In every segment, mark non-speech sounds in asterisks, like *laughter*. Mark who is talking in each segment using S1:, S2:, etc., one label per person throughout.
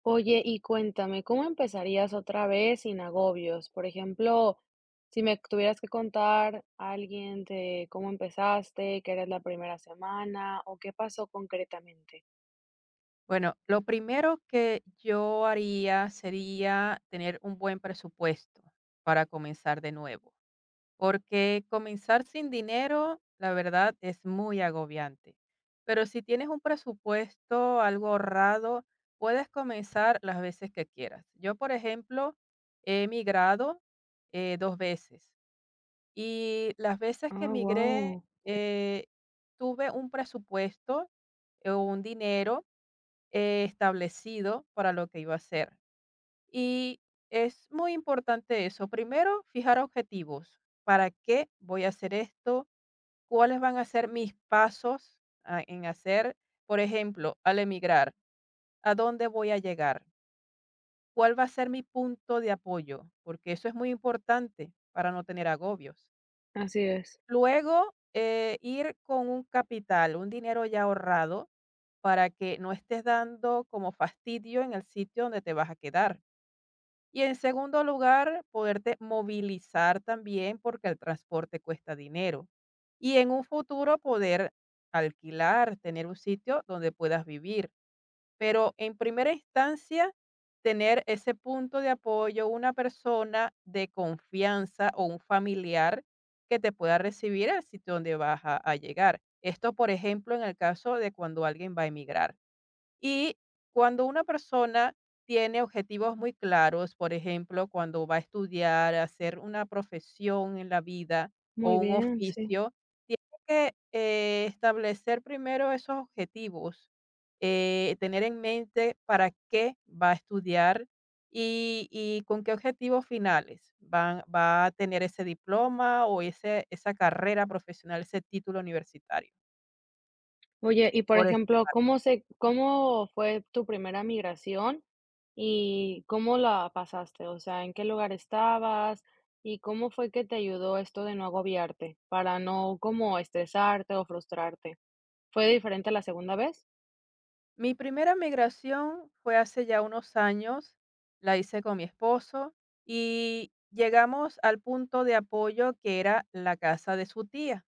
S1: Oye, y cuéntame, ¿cómo empezarías otra vez sin agobios? Por ejemplo, si me tuvieras que contar a alguien de cómo empezaste, que eres la primera semana o qué pasó concretamente.
S2: Bueno, lo primero que yo haría sería tener un buen presupuesto para comenzar de nuevo, porque comenzar sin dinero, la verdad, es muy agobiante. Pero si tienes un presupuesto, algo ahorrado, puedes comenzar las veces que quieras. Yo, por ejemplo, he migrado dos veces y las veces que
S1: Ah,
S2: migré,
S1: wow.
S2: tuve un presupuesto, un dinero establecido para lo que iba a hacer. Y es muy importante eso. Primero, fijar objetivos. ¿Para qué voy a hacer esto? ¿Cuáles van a ser mis pasos en hacer? Por ejemplo, al emigrar, ¿a dónde voy a llegar? ¿Cuál va a ser mi punto de apoyo? Porque eso es muy importante para no tener agobios.
S1: Así es.
S2: Luego, ir con un capital, un dinero ya ahorrado, para que no estés dando como fastidio en el sitio donde te vas a quedar. Y en segundo lugar, poderte movilizar también porque el transporte cuesta dinero. Y en un futuro poder alquilar, tener un sitio donde puedas vivir. Pero en primera instancia, tener ese punto de apoyo, una persona de confianza o un familiar que te pueda recibir al sitio donde vas a llegar. Esto, por ejemplo, en el caso de cuando alguien va a emigrar. Y cuando una persona tiene objetivos muy claros, por ejemplo, cuando va a estudiar, a hacer una profesión en la vida o
S1: Muy
S2: un
S1: bien, sí.
S2: oficio, tiene que establecer primero esos objetivos, tener en mente para qué va a estudiar y con qué objetivos finales va a tener ese diploma o esa carrera profesional, ese título universitario.
S1: Oye, y por
S2: Por esta
S1: ejemplo,
S2: parte.
S1: ¿ cómo fue tu primera migración y cómo la pasaste? O sea, ¿en qué lugar estabas? ¿Y cómo fue que te ayudó esto de no agobiarte para no como estresarte o frustrarte? ¿Fue diferente a la segunda vez?
S2: Mi primera migración fue hace ya unos años, la hice con mi esposo y llegamos al punto de apoyo que era la casa de su tía.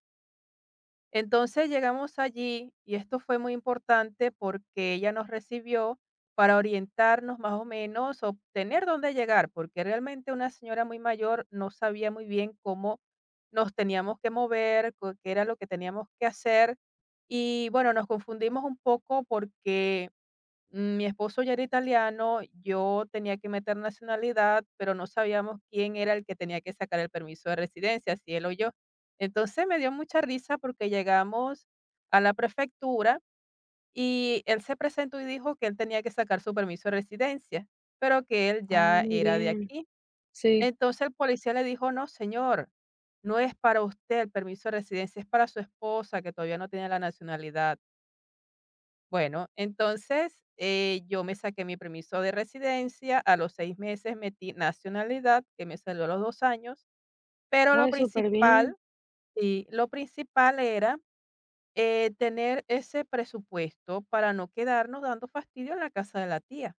S2: Entonces llegamos allí y esto fue muy importante porque ella nos recibió para orientarnos más o menos, obtener dónde llegar, porque realmente una señora muy mayor no sabía muy bien cómo nos teníamos que mover, qué era lo que teníamos que hacer. Y bueno, nos confundimos un poco porque mi esposo ya era italiano, yo tenía que meter nacionalidad, pero no sabíamos quién era el que tenía que sacar el permiso de residencia, si él o yo. Entonces me dio mucha risa porque llegamos a la prefectura y él se presentó y dijo que él tenía que sacar su permiso de residencia, pero que él
S1: Ah,
S2: ya
S1: muy
S2: era de
S1: bien.
S2: aquí.
S1: Sí.
S2: Entonces el policía le dijo: "No, señor, no es para usted el permiso de residencia, es para su esposa que todavía no tiene la nacionalidad". Bueno, entonces, yo me saqué mi permiso de residencia, a los 6 meses metí nacionalidad, que me salió a los 2 años, pero lo
S1: Ay, súper bien.
S2: principal sí, lo principal era, tener ese presupuesto para no quedarnos dando fastidio en la casa de la tía.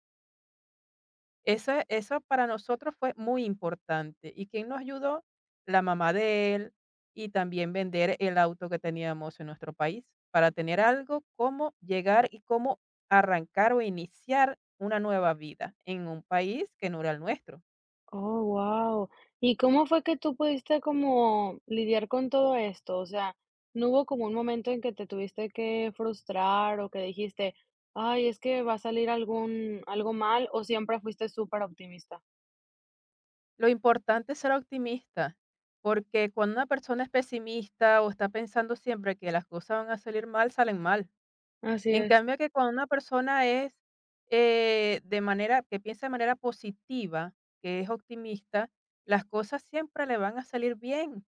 S2: Eso para nosotros fue muy importante. ¿Y quién nos ayudó? La mamá de él, y también vender el auto que teníamos en nuestro país, para tener algo, cómo llegar y cómo arrancar o iniciar una nueva vida en un país que no era el nuestro.
S1: Oh, guau. ¿Y cómo fue que tú pudiste como lidiar con todo esto? O sea, ¿no hubo como un momento en que te tuviste que frustrar o que dijiste: "Ay, es que va a salir algún algo mal", o siempre fuiste súper optimista?
S2: Lo importante es ser optimista, porque cuando una persona es pesimista o está pensando siempre que las cosas van a salir mal, salen mal.
S1: Así
S2: En
S1: es.
S2: cambio, que cuando una persona es que piensa de manera positiva, que es optimista, las cosas siempre le van a salir bien.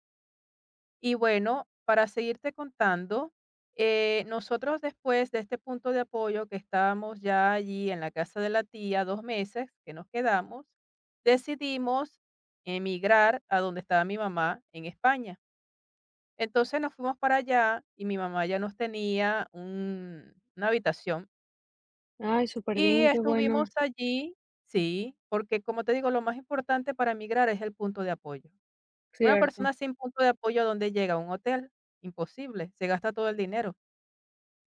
S2: Y bueno, para seguirte contando, nosotros después de este punto de apoyo que estábamos ya allí en la casa de la tía 2 meses que nos quedamos, decidimos emigrar a donde estaba mi mamá en España. Entonces nos fuimos para allá y mi mamá ya nos tenía una habitación
S1: Ay, súper
S2: y
S1: bien, qué
S2: estuvimos
S1: bueno.
S2: allí sí, porque, como te digo, lo más importante para emigrar es el punto de apoyo. Una
S1: Cierto.
S2: persona sin punto de apoyo, ¿a dónde llega? ¿A un hotel? Imposible, se gasta todo el dinero.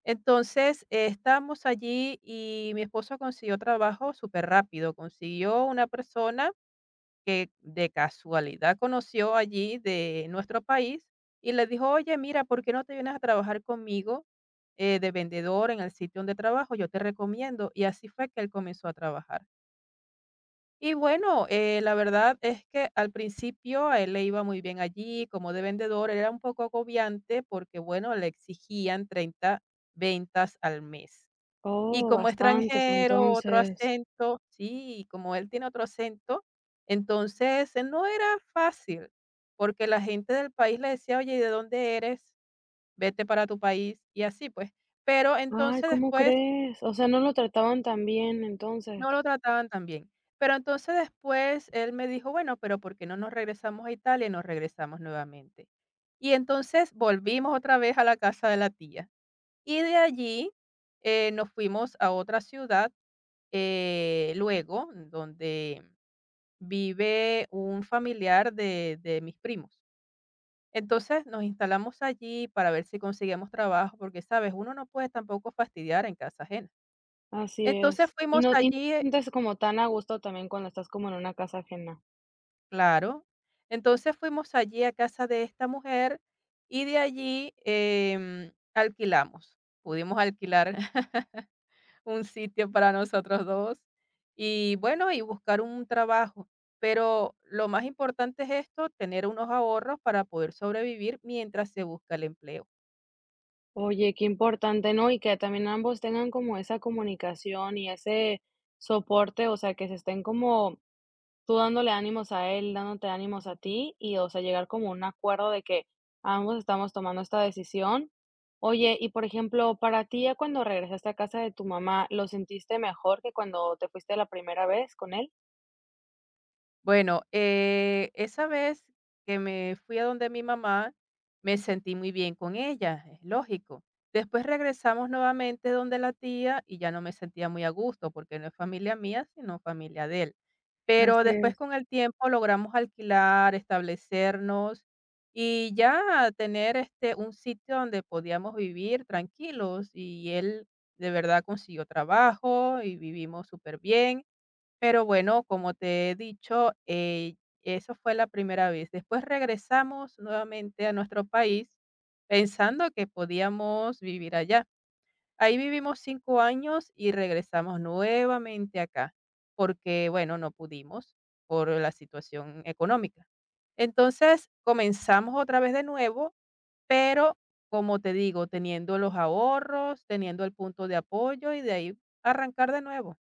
S2: Entonces, estábamos allí y mi esposo consiguió trabajo súper rápido, consiguió una persona que de casualidad conoció allí de nuestro país y le dijo: "Oye, mira, ¿por qué no te vienes a trabajar conmigo, de vendedor en el sitio donde trabajo? Yo te recomiendo". Y así fue que él comenzó a trabajar. Y bueno, la verdad es que al principio a él le iba muy bien allí, como de vendedor, era un poco agobiante porque, bueno, le exigían 30 ventas al mes. Y
S1: Oh,
S2: como
S1: bastantes,
S2: extranjero, otro
S1: entonces.
S2: acento, sí. Y como él tiene otro acento, entonces no era fácil, porque la gente del país le decía: "Oye, ¿y de dónde eres? Vete para tu país". Y así pues. Pero
S1: Ay,
S2: entonces
S1: ¿cómo
S2: después
S1: crees? O sea, no lo trataban tan bien, entonces.
S2: no lo trataban tan bien. Pero entonces después él me dijo: "Bueno, pero ¿por qué no nos regresamos a Italia?". Y nos regresamos nuevamente. Y entonces volvimos otra vez a la casa de la tía. Y de allí nos fuimos a otra ciudad, luego, donde vive un familiar de mis primos. Entonces nos instalamos allí para ver si conseguíamos trabajo, porque, sabes, uno no puede tampoco fastidiar en casa ajena.
S1: Así es.
S2: Entonces
S1: Y
S2: fuimos
S1: no y no
S2: allí.
S1: te sientes como tan a gusto también cuando estás como en una casa ajena.
S2: Claro. Entonces fuimos allí a casa de esta mujer y de allí, alquilamos. Pudimos alquilar *laughs* un sitio para nosotros 2 y bueno, y buscar un trabajo. Pero lo más importante es esto, tener unos ahorros para poder sobrevivir mientras se busca el empleo.
S1: Oye, qué importante, ¿no? Y que también ambos tengan como esa comunicación y ese soporte, o sea, que se estén como tú dándole ánimos a él, dándote ánimos a ti y, o sea, llegar como a un acuerdo de que ambos estamos tomando esta decisión. Oye, y por ejemplo, para ti ya cuando regresaste a casa de tu mamá, ¿lo sentiste mejor que cuando te fuiste la primera vez con él?
S2: Bueno, esa vez que me fui a donde mi mamá, me sentí muy bien con ella, es lógico. Después regresamos nuevamente donde la tía y ya no me sentía muy a gusto porque no es familia mía, sino familia de él. Pero
S1: Así
S2: después
S1: es.
S2: con el tiempo logramos alquilar, establecernos y ya tener este un sitio donde podíamos vivir tranquilos y él de verdad consiguió trabajo y vivimos súper bien, pero bueno, como te he dicho, eso fue la primera vez. Después regresamos nuevamente a nuestro país pensando que podíamos vivir allá. Ahí vivimos 5 años y regresamos nuevamente acá, porque bueno, no pudimos por la situación económica. Entonces comenzamos otra vez de nuevo, pero como te digo, teniendo los ahorros, teniendo el punto de apoyo y de ahí arrancar de nuevo.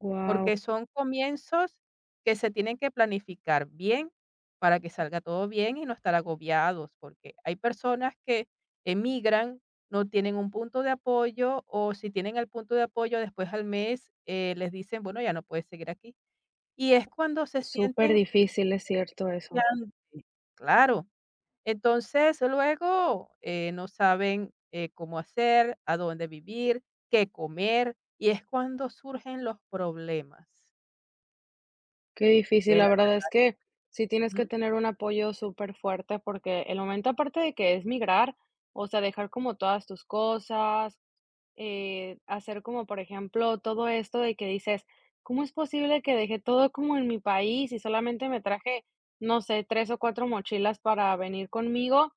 S1: Wow.
S2: Porque son comienzos que se tienen que planificar bien para que salga todo bien y no estar agobiados, porque hay personas que emigran, no tienen un punto de apoyo o si tienen el punto de apoyo después al mes les dicen: "Bueno, ya no puedes seguir aquí". Y es cuando se
S1: Súper
S2: sienten
S1: difícil, es cierto eso.
S2: gigante, claro. Entonces luego no saben cómo hacer, a dónde vivir, qué comer y es cuando surgen los problemas.
S1: Qué difícil,
S2: Que
S1: la
S2: la-
S1: verdad es que sí tienes que
S2: ¿Mm?
S1: tener un apoyo súper fuerte porque el momento aparte de que es migrar, o sea, dejar como todas tus cosas, hacer como, por ejemplo, todo esto de que dices, ¿cómo es posible que dejé todo como en mi país y solamente me traje, no sé, tres o cuatro mochilas para venir conmigo?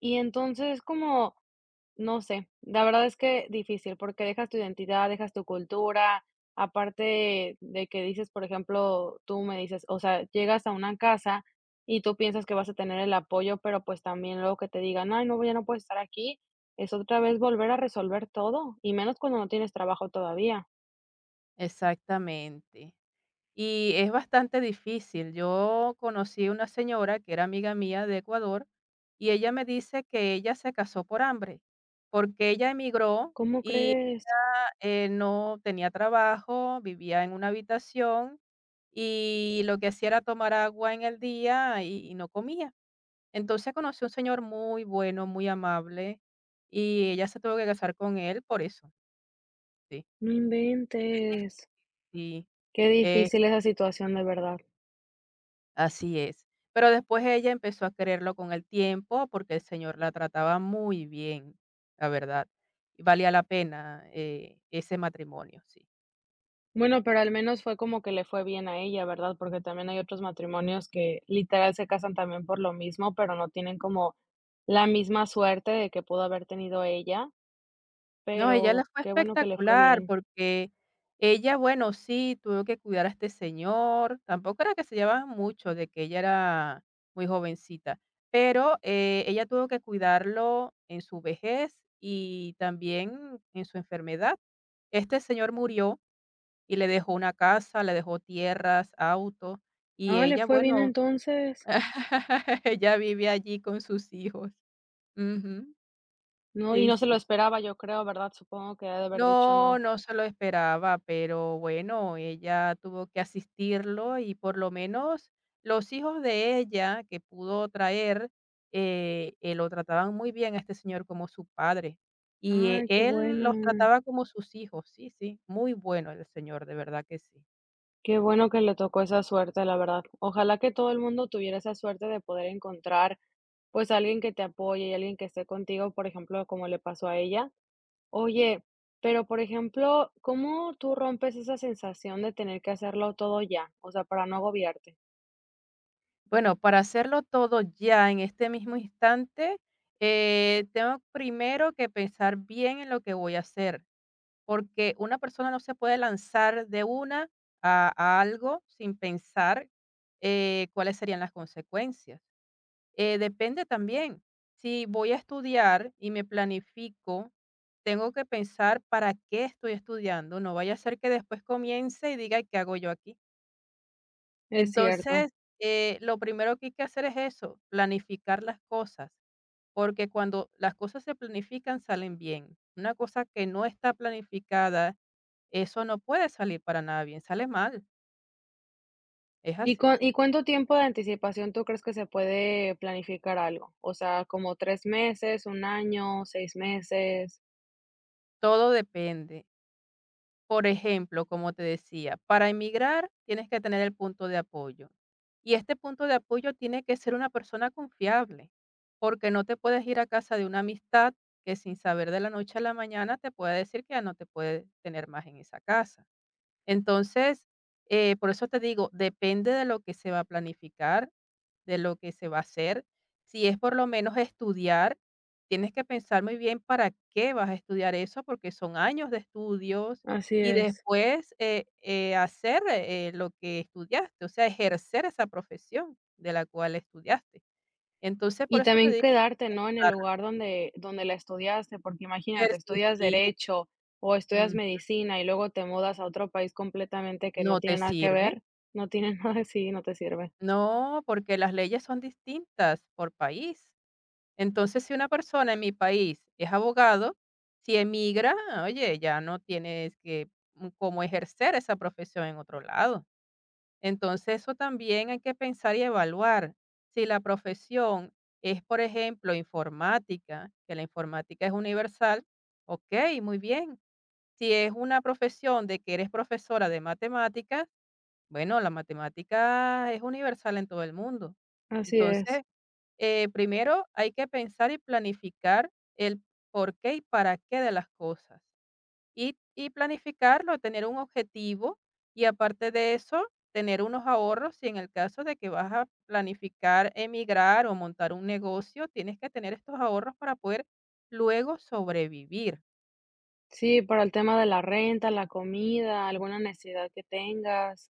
S1: Y entonces como no sé, la verdad es que difícil, porque dejas tu identidad, dejas tu cultura, aparte de que dices, por ejemplo, tú me dices, o sea, llegas a una casa y tú piensas que vas a tener el apoyo, pero pues también luego que te digan, ay, no, ya no puedes estar aquí, es otra vez volver a resolver todo, y menos cuando no tienes trabajo todavía.
S2: Exactamente. Y es bastante difícil. Yo conocí una señora que era amiga mía de Ecuador y ella me dice que ella se casó por hambre, porque ella emigró
S1: ¿Cómo
S2: y
S1: crees?
S2: ella, no tenía trabajo, vivía en una habitación y lo que hacía era tomar agua en el día y no comía. Entonces conoció un señor muy bueno, muy amable y ella se tuvo que casar con él por eso. Sí,
S1: No inventes.
S2: sí.
S1: Qué difícil esa situación, de verdad.
S2: Así es. Pero después ella empezó a quererlo con el tiempo porque el señor la trataba muy bien, la verdad. Y valía la pena, ese matrimonio, sí.
S1: Bueno, pero al menos fue como que le fue bien a ella, ¿verdad? Porque también hay otros matrimonios que literal se casan también por lo mismo, pero no tienen como la misma suerte de que pudo haber tenido ella,
S2: No, ella le
S1: pero
S2: fue
S1: qué bueno que le fue
S2: espectacular
S1: bien.
S2: porque ella, bueno, sí, tuvo que cuidar a este señor. Tampoco era que se llevaban mucho, de que ella era muy jovencita, pero, ella tuvo que cuidarlo en su vejez y también en su enfermedad. Este señor murió y le dejó una casa, le dejó tierras, auto, y
S1: Ah, le
S2: ella,
S1: fue bien
S2: bueno,
S1: entonces.
S2: *laughs* ella vive allí con sus hijos. Ujú.
S1: No, y
S2: Sí,
S1: no se lo
S2: sí.
S1: esperaba, yo creo, ¿verdad? Supongo que ha de haber dicho
S2: No,
S1: no.
S2: no se lo esperaba, pero bueno, ella tuvo que asistirlo y por lo menos los hijos de ella que pudo traer, lo trataban muy bien a este señor como su padre. Y,
S1: Ay, qué
S2: él los
S1: bueno.
S2: trataba como sus hijos. Sí, sí, muy bueno el señor, de verdad que sí.
S1: Qué bueno que le tocó esa suerte, la verdad. Ojalá que todo el mundo tuviera esa suerte de poder encontrar, pues, alguien que te apoye y alguien que esté contigo, por ejemplo, como le pasó a ella. Oye, pero por ejemplo, ¿cómo tú rompes esa sensación de tener que hacerlo todo ya? O sea, para no agobiarte.
S2: Bueno, para hacerlo todo ya en este mismo instante, tengo primero que pensar bien en lo que voy a hacer, porque una persona no se puede lanzar de una a algo sin pensar cuáles serían las consecuencias. Depende también, si voy a estudiar y me planifico, tengo que pensar para qué estoy estudiando, no vaya a ser que después comience y diga: "¿Qué hago yo aquí?".
S1: Es cierto.
S2: Entonces, lo primero que hay que hacer es eso, planificar las cosas, porque cuando las cosas se planifican salen bien. Una cosa que no está planificada, eso no puede salir para nada bien, sale mal, es
S1: ¿Y
S2: así.
S1: cuán y cuánto tiempo de anticipación tú crees que se puede planificar algo? O sea, ¿como 3 meses, un año, 6 meses?
S2: Todo depende. Por ejemplo, como te decía, para emigrar tienes que tener el punto de apoyo. Y este punto de apoyo tiene que ser una persona confiable, porque no te puedes ir a casa de una amistad que sin saber de la noche a la mañana te pueda decir que ya no te puede tener más en esa casa. Entonces, por eso te digo, depende de lo que se va a planificar, de lo que se va a hacer. Si es por lo menos estudiar, tienes que pensar muy bien para qué vas a estudiar eso, porque son años de estudios
S1: Así
S2: y
S1: es.
S2: después hacer lo que estudiaste, o sea, ejercer esa profesión de la cual estudiaste. Entonces, por
S1: Y
S2: eso te
S1: también
S2: digo,
S1: quedarte, ¿no?, en el
S2: pensar,
S1: lugar donde la estudiaste, porque imagínate, estudias
S2: persistir,
S1: derecho o estudias
S2: mm,
S1: medicina y luego te mudas a otro país completamente que no
S2: no te
S1: tiene nada que
S2: sirve.
S1: ver, no tiene *laughs* nada, sí, no te sirve.
S2: No, porque las leyes son distintas por país. Entonces, si una persona en mi país es abogado, si emigra, oye, ya no tienes que cómo ejercer esa profesión en otro lado. Entonces, eso también hay que pensar y evaluar. Si la profesión es, por ejemplo, informática, que la informática es universal, ok, muy bien. Si es una profesión de que eres profesora de matemáticas, bueno, la matemática es universal en todo el mundo.
S1: Así es.
S2: Entonces, primero hay que pensar y planificar el por qué y para qué de las cosas. Y planificarlo, tener un objetivo y aparte de eso, tener unos ahorros si en el caso de que vas a planificar emigrar o montar un negocio, tienes que tener estos ahorros para poder luego sobrevivir.
S1: Sí, para el tema de la renta, la comida, alguna necesidad que tengas.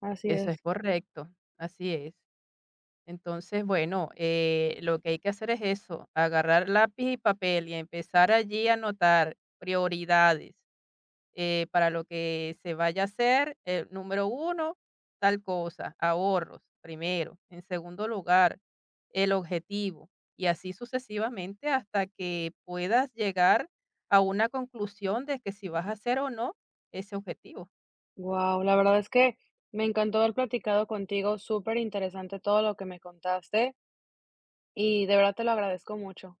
S1: Así
S2: Eso
S1: es.
S2: es correcto, así es. Entonces, bueno, lo que hay que hacer es eso, agarrar lápiz y papel y empezar allí a anotar prioridades para lo que se vaya a hacer, número uno, tal cosa, ahorros, primero. En segundo lugar, el objetivo. Y así sucesivamente hasta que puedas llegar a una conclusión de que si vas a hacer o no ese objetivo.
S1: Wow, la verdad es que me encantó haber platicado contigo, súper interesante todo lo que me contaste y de verdad te lo agradezco mucho.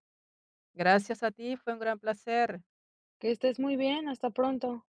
S2: Gracias a ti, fue un gran placer.
S1: Que estés muy bien, hasta pronto.